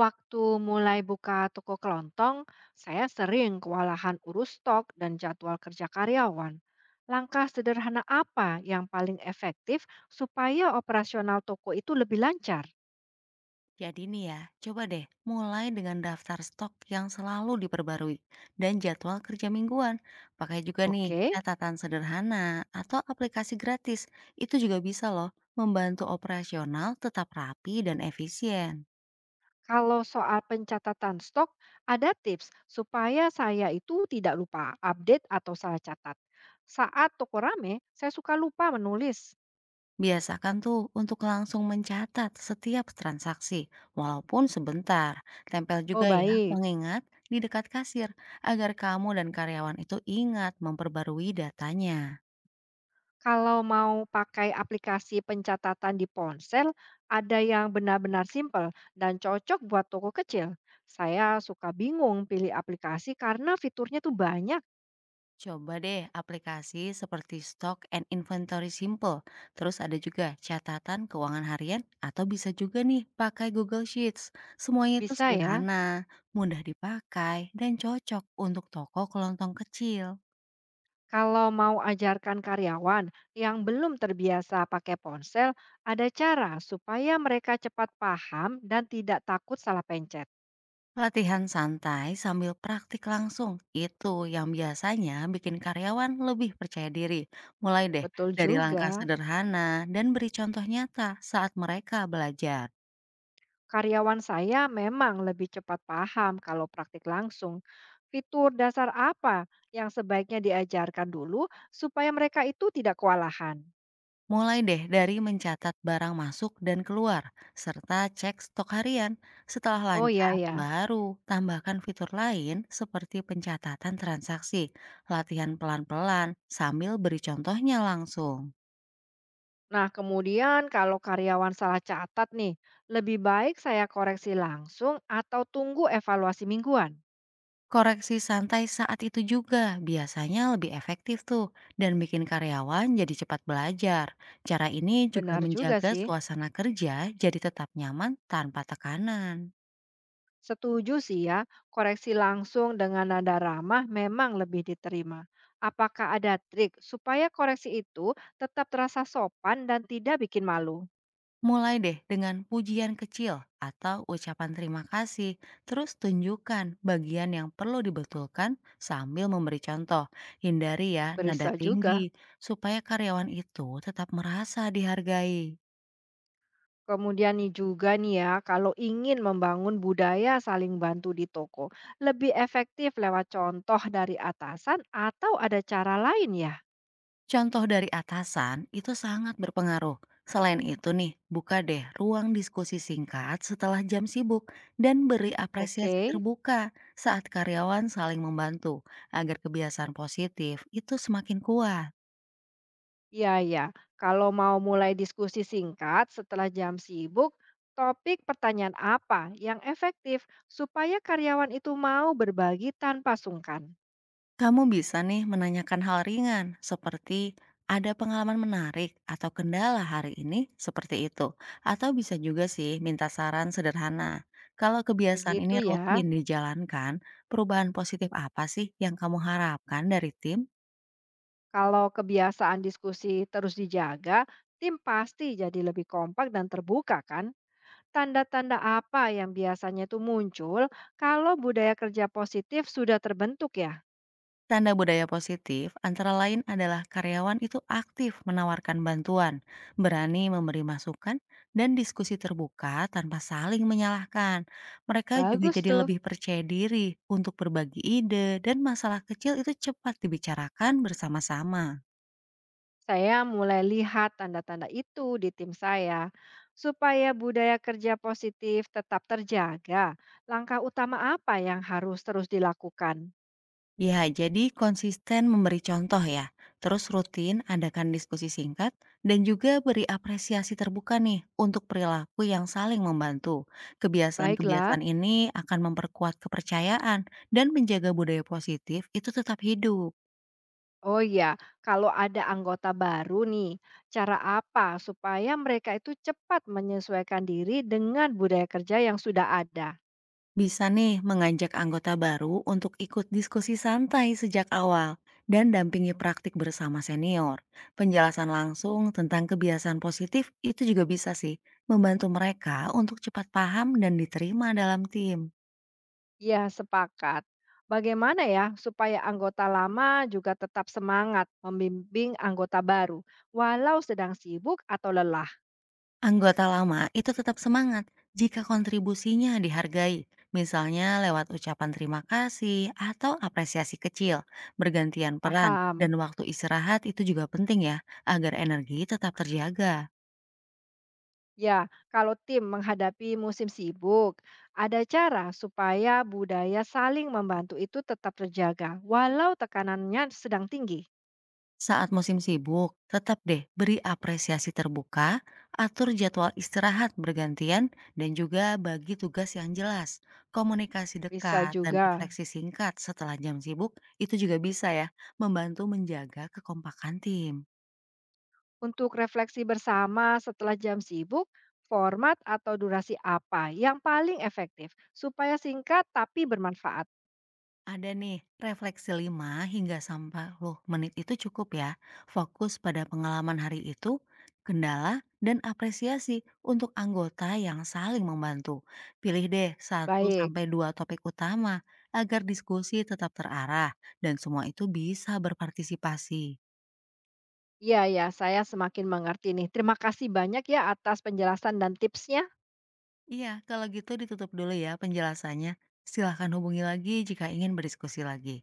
Waktu mulai buka toko kelontong, saya sering kewalahan urus stok dan jadwal kerja karyawan. Langkah sederhana apa yang paling efektif supaya operasional toko itu lebih lancar? Jadi nih ya, coba deh mulai dengan daftar stok yang selalu diperbarui dan jadwal kerja mingguan. Pakai juga nih Oke, catatan sederhana atau aplikasi gratis. Itu juga bisa loh membantu operasional tetap rapi dan efisien. kalau soal pencatatan stok, ada tips supaya saya itu tidak lupa update atau salah catat. Saat toko rame, saya suka lupa menulis. Biasakan tuh untuk langsung mencatat setiap transaksi, walaupun sebentar. Tempel Oh, juga ya baik. pengingat di dekat kasir agar kamu dan karyawan itu ingat memperbarui datanya. Kalau mau pakai aplikasi pencatatan di ponsel, ada yang benar-benar simpel dan cocok buat toko kecil. Saya suka bingung pilih aplikasi karena fiturnya tuh banyak. Coba deh aplikasi seperti Stock and Inventory Simple. Terus ada juga catatan keuangan harian atau bisa juga nih pakai Google Sheets. Semuanya itu Bisa ya, sederhana, mudah dipakai, dan cocok untuk toko kelontong kecil. kalau mau ajarkan karyawan yang belum terbiasa pakai ponsel, ada cara supaya mereka cepat paham dan tidak takut salah pencet. Latihan santai sambil praktik langsung, itu yang biasanya bikin karyawan lebih percaya diri. Mulai deh Betul dari juga. langkah sederhana dan beri contoh nyata saat mereka belajar. Karyawan saya memang lebih cepat paham kalau praktik langsung. Fitur dasar apa yang sebaiknya diajarkan dulu supaya mereka itu tidak kewalahan? Mulai deh dari mencatat barang masuk dan keluar, serta cek stok harian. Setelah Oh iya lancar, ya. baru tambahkan fitur lain seperti pencatatan transaksi, latihan pelan-pelan, sambil beri contohnya langsung. Nah, kemudian kalau karyawan salah catat nih, lebih baik saya koreksi langsung atau tunggu evaluasi mingguan. Koreksi santai saat itu juga biasanya lebih efektif tuh dan bikin karyawan jadi cepat belajar. Cara ini juga Benar juga menjaga sih. suasana kerja jadi tetap nyaman tanpa tekanan. Setuju sih ya, koreksi langsung dengan nada ramah memang lebih diterima. Apakah ada trik supaya koreksi itu tetap terasa sopan dan tidak bikin malu? Mulai deh dengan pujian kecil atau ucapan terima kasih, terus tunjukkan bagian yang perlu dibetulkan sambil memberi contoh. Hindari ya nada Berisa juga. tinggi, supaya karyawan itu tetap merasa dihargai. Kemudian nih ya, kalau ingin membangun budaya saling bantu di toko, lebih efektif lewat contoh dari atasan atau ada cara lain ya? Contoh dari atasan itu sangat berpengaruh. Selain itu nih, buka deh ruang diskusi singkat setelah jam sibuk dan beri apresiasi Oke. terbuka saat karyawan saling membantu agar kebiasaan positif itu semakin kuat. Iya, ya. Kalau mau mulai diskusi singkat setelah jam sibuk, topik pertanyaan apa yang efektif supaya karyawan itu mau berbagi tanpa sungkan? Kamu bisa nih menanyakan hal ringan seperti ada pengalaman menarik atau kendala hari ini seperti itu. Atau bisa juga sih minta saran sederhana. Kalau kebiasaan ini Begitu ya. rutin dijalankan, perubahan positif apa sih yang kamu harapkan dari tim? Kalau kebiasaan diskusi terus dijaga, tim pasti jadi lebih kompak dan terbuka, kan? Tanda-tanda apa yang biasanya itu muncul kalau budaya kerja positif sudah terbentuk ya? Tanda budaya positif antara lain adalah karyawan itu aktif menawarkan bantuan, berani memberi masukan, dan diskusi terbuka tanpa saling menyalahkan. Mereka juga Bagus jadi tuh. lebih percaya diri untuk berbagi ide dan masalah kecil itu cepat dibicarakan bersama-sama. Saya mulai lihat tanda-tanda itu di tim saya. Supaya budaya kerja positif tetap terjaga, langkah utama apa yang harus terus dilakukan? Ya, jadi konsisten memberi contoh ya, terus rutin adakan diskusi singkat dan juga beri apresiasi terbuka nih untuk perilaku yang saling membantu. Kebiasaan-kebiasaan Baiklah. ini akan memperkuat kepercayaan dan menjaga budaya positif itu tetap hidup. Oh iya, kalau ada anggota baru nih, cara apa supaya mereka itu cepat menyesuaikan diri dengan budaya kerja yang sudah ada? Bisa nih mengajak anggota baru untuk ikut diskusi santai sejak awal dan dampingi praktik bersama senior. Penjelasan langsung tentang kebiasaan positif itu juga bisa sih membantu mereka untuk cepat paham dan diterima dalam tim. Ya, sepakat. Bagaimana ya supaya anggota lama juga tetap semangat membimbing anggota baru, walau sedang sibuk atau lelah? Anggota lama itu tetap semangat jika kontribusinya dihargai, misalnya lewat ucapan terima kasih atau apresiasi kecil, bergantian peran, dan Paham. waktu istirahat itu juga penting ya, agar energi tetap terjaga. Ya, kalau tim menghadapi musim sibuk, ada cara supaya budaya saling membantu itu tetap terjaga, walau tekanannya sedang tinggi. Saat musim sibuk, tetap deh beri apresiasi terbuka, atur jadwal istirahat bergantian, dan juga bagi tugas yang jelas. Komunikasi Bisa dekat dan juga refleksi singkat setelah jam sibuk itu juga bisa ya membantu menjaga kekompakan tim. untuk refleksi bersama setelah jam sibuk, format atau durasi apa yang paling efektif supaya singkat tapi bermanfaat. Ada nih, refleksi 5 hingga sampai 10 menit itu cukup ya. Fokus pada pengalaman hari itu, kendala, dan apresiasi untuk anggota yang saling membantu. Pilih deh satu Baik, sampai 2 topik utama agar diskusi tetap terarah dan semua itu bisa berpartisipasi. ya, ya, saya semakin mengerti nih. Terima kasih banyak ya atas penjelasan dan tipsnya. Iya, kalau gitu ditutup dulu ya penjelasannya. Silahkan hubungi lagi jika ingin berdiskusi lagi.